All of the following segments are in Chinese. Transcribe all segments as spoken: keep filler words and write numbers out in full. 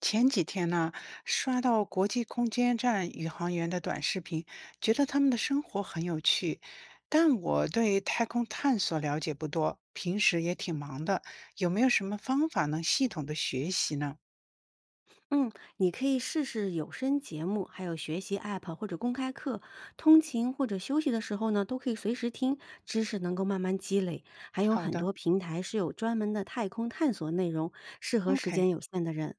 前几天呢，刷到国际空间站宇航员的短视频，觉得他们的生活很有趣。但我对太空探索了解不多，平时也挺忙的，有没有什么方法能系统的学习呢？嗯，你可以试试有声节目，还有学习 App 或者公开课，通勤或者休息的时候呢，都可以随时听，知识能够慢慢积累。还有好很的多平台是有专门的太空探索内容，适合时，OK，间有限的人。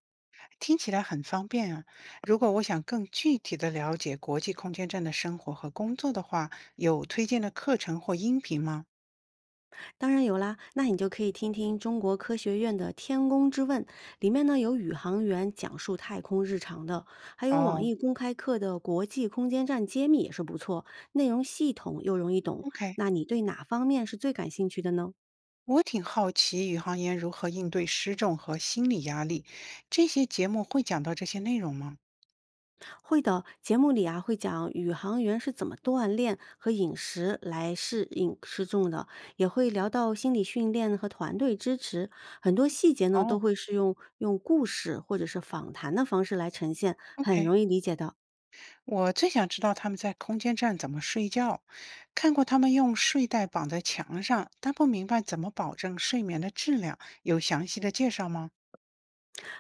听起来很方便啊。如果我想更具体的了解国际空间站的生活和工作的话，有推荐的课程或音频吗？当然有啦，那你就可以听听中国科学院的《天宫之问》，里面呢有宇航员讲述太空日常的，还有网哦易公开课的《国际空间站揭秘》也是不错，内容系统又容易懂。，OK。那你对哪方面是最感兴趣的呢？我挺好奇宇航员如何应对失重和心理压力，这些节目会讲到这些内容吗？会的，节目里啊会讲宇航员是怎么锻炼和饮食来适应失重的，也会聊到心理训练和团队支持，很多细节呢都哦，会是用用故事或者是访谈的方式来呈现，很？OK，容易理解的。我最想知道他们在空间站怎么睡觉，看过他们用睡袋绑在墙上，但不明白怎么保证睡眠的质量，有详细的介绍吗？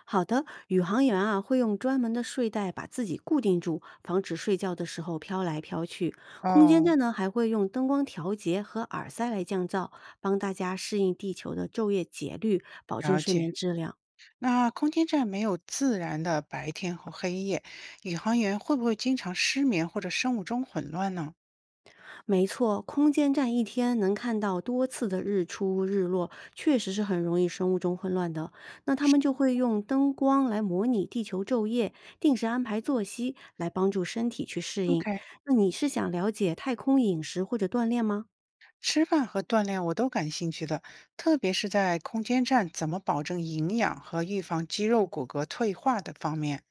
好的，宇航员啊会用专门的睡袋把自己固定住，防止睡觉的时候飘来飘去。空间哦，站呢还会用灯光调节和耳塞来降噪，帮大家适应地球的昼夜节律，保证了睡眠解。质量。那空间站没有自然的白天和黑夜，宇航员会不会经常失眠或者生物钟混乱呢没错，空间站一天能看到多次的日出日落，确实是很容易生物钟混乱的。那他们就会用灯光来模拟地球昼夜，定时安排作息，来帮助身体去适应。？OK。那你是想了解太空饮食或者锻炼吗？吃饭和锻炼我都感兴趣的，特别是在空间站怎么保证营养和预防肌肉骨骼退化的方面，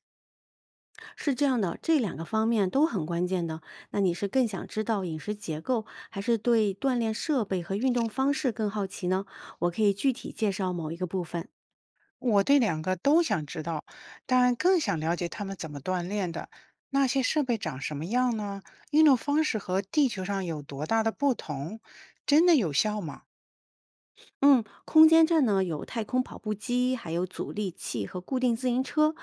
是这样的，这两个方面都很关键的。那你是更想知道饮食结构，还是对锻炼设备和运动方式更好奇呢？我可以具体介绍某一个部分。我对两个都想知道，但更想了解他们怎么锻炼的，那些设备长什么样呢？运动方式和地球上有多大的不同？真的有效吗？嗯，空间站呢有太空跑步机，还有阻力器和固定自行车。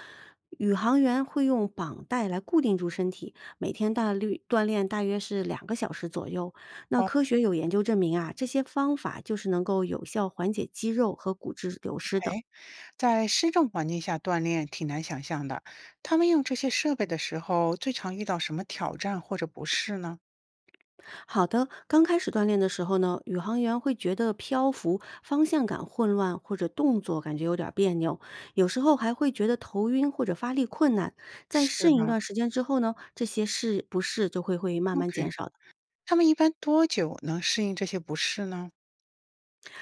宇航员会用绑带来固定住身体，每天大律锻炼大约是两个小时左右。那科学有研究证明啊，这些方法就是能够有效缓解肌肉和骨质流失的。哎，在失重环境下锻炼挺难想象的。他们用这些设备的时候，最常遇到什么挑战或者不适呢？好的，刚开始锻炼的时候呢，宇航员会觉得漂浮、方向感混乱或者动作感觉有点儿别扭，有时候还会觉得头晕或者发力困难。在是适应一吧段时间之后呢，这些是不适就会会慢慢减？OK。少的。他们一般多久能适应这些不适呢？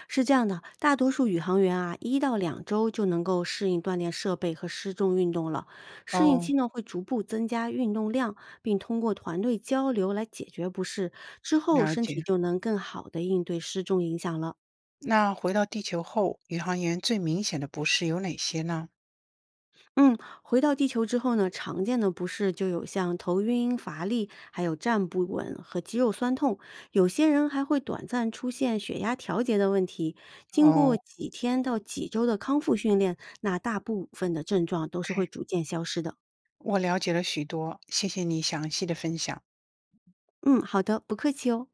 是这样的，大多数宇航员啊，一到两周就能够适应锻炼设备和失重运动了。适应期哦，呢会逐步增加运动量，并通过团队交流来解决不适，之后了身体解。就能更好的应对失重影响了。那回到地球后，宇航员最明显的不适有哪些呢？嗯，回到地球之后呢，常见的不适就有像头晕、乏力，还有站不稳和肌肉酸痛。有些人还会短暂出现血压调节的问题。经过哦几天到几周的康复训练，那大部分的症状都是会，OK，逐渐消失的。我了解了许多，谢谢你详细的分享。嗯，好的，不客气哦。